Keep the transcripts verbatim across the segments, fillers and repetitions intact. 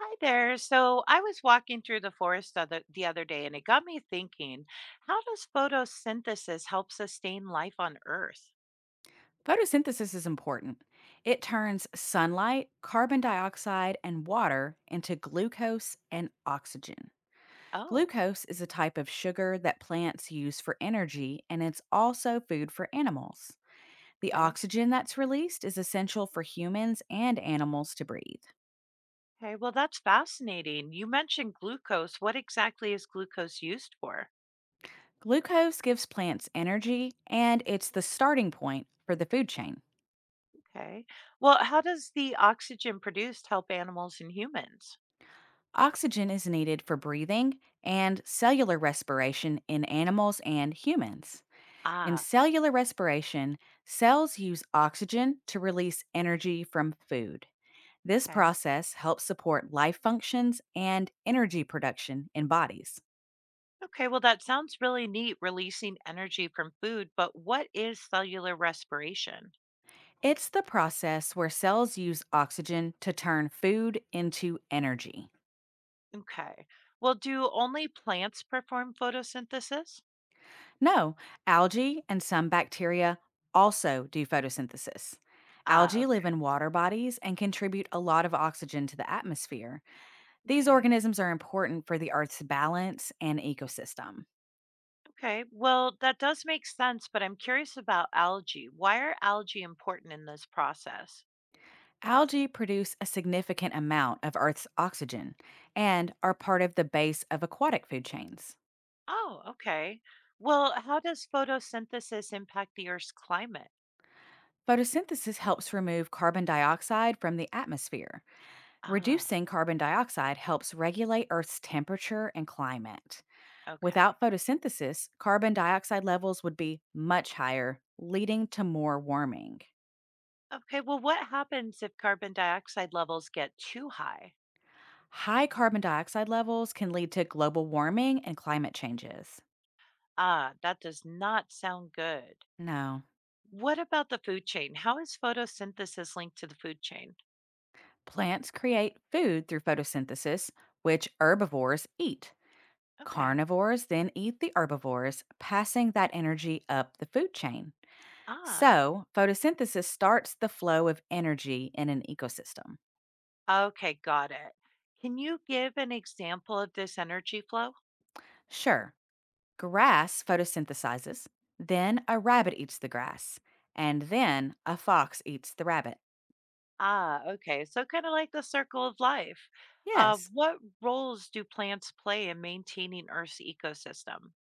Hi there. So I was walking through the forest the other, the other day and it got me thinking, how does photosynthesis help sustain life on Earth? Photosynthesis is important. It turns sunlight, carbon dioxide, and water into glucose and oxygen. Oh, Glucose is a type of sugar that plants use for energy, and it's also food for animals. The okay. oxygen that's released is essential for humans and animals to breathe. Okay, well, that's fascinating. You mentioned glucose. What exactly is glucose used for? Glucose gives plants energy, and it's the starting point for the food chain. Okay. Well, how does the oxygen produced help animals and humans? Oxygen is needed for breathing and cellular respiration in animals and humans. In Ah, cellular respiration, cells use oxygen to release energy from food. This okay. process helps support life functions and energy production in bodies. Okay, well, that sounds really neat, releasing energy from food, but what is cellular respiration? It's the process where cells use oxygen to turn food into energy. Okay. Well, do only plants perform photosynthesis? No, algae and some bacteria also do photosynthesis. Ah, Algae okay. live in water bodies and contribute a lot of oxygen to the atmosphere. These Okay. organisms are important for the Earth's balance and ecosystem. Okay. Well, that does make sense, but I'm curious about algae. Why are algae important in this process? Algae produce a significant amount of Earth's oxygen and are part of the base of aquatic food chains. Oh, okay. Well, how does photosynthesis impact the Earth's climate? Photosynthesis helps remove carbon dioxide from the atmosphere. Ah, Reducing carbon dioxide helps regulate Earth's temperature and climate. okay. Without photosynthesis, carbon dioxide levels would be much higher, leading to more warming. Okay. Well, what happens if carbon dioxide levels get too high? High carbon dioxide levels can lead to global warming and climate changes. Ah, that does not sound good. No. What about the food chain? How is photosynthesis linked to the food chain? Plants create food through photosynthesis, which herbivores eat. Okay. Carnivores then eat the herbivores, passing that energy up the food chain. Ah, So, photosynthesis starts the flow of energy in an ecosystem. okay, got it. Can you give an example of this energy flow? Sure, grass photosynthesizes, then a rabbit eats the grass, and then a fox eats the rabbit. Ah, okay. So, kind of like the circle of life. Uh, Yes, What roles do plants play in maintaining Earth's ecosystem?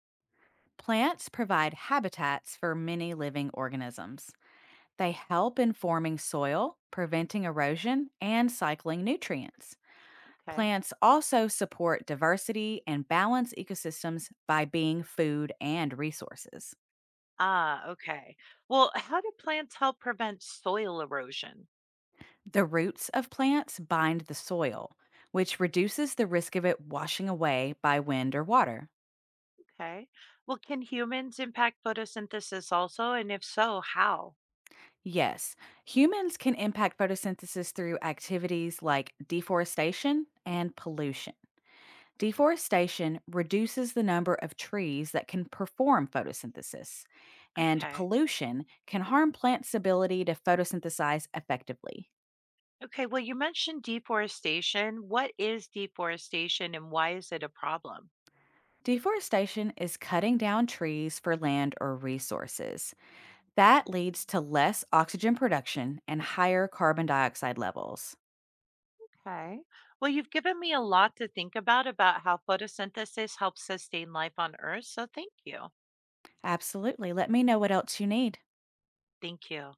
plants provide habitats for many living organisms. They help in forming soil, preventing erosion, and cycling nutrients. Okay. Plants also support diversity and balance ecosystems by being food and resources. Ah, okay. Well, how do plants help prevent soil erosion? The roots of plants bind the soil, which reduces the risk of it washing away by wind or water. Okay. Well, can humans impact photosynthesis also? And if so, how? Yes, humans can impact photosynthesis through activities like deforestation and pollution. Deforestation reduces the number of trees that can perform photosynthesis, and Okay. pollution can harm plants' ability to photosynthesize effectively. Okay. Well, you mentioned deforestation. What is deforestation and why is it a problem? Deforestation is cutting down trees for land or resources. That leads to less oxygen production and higher carbon dioxide levels. Okay. Well, you've given me a lot to think about about how photosynthesis helps sustain life on Earth. So thank you. Absolutely. Let me know what else you need. Thank you.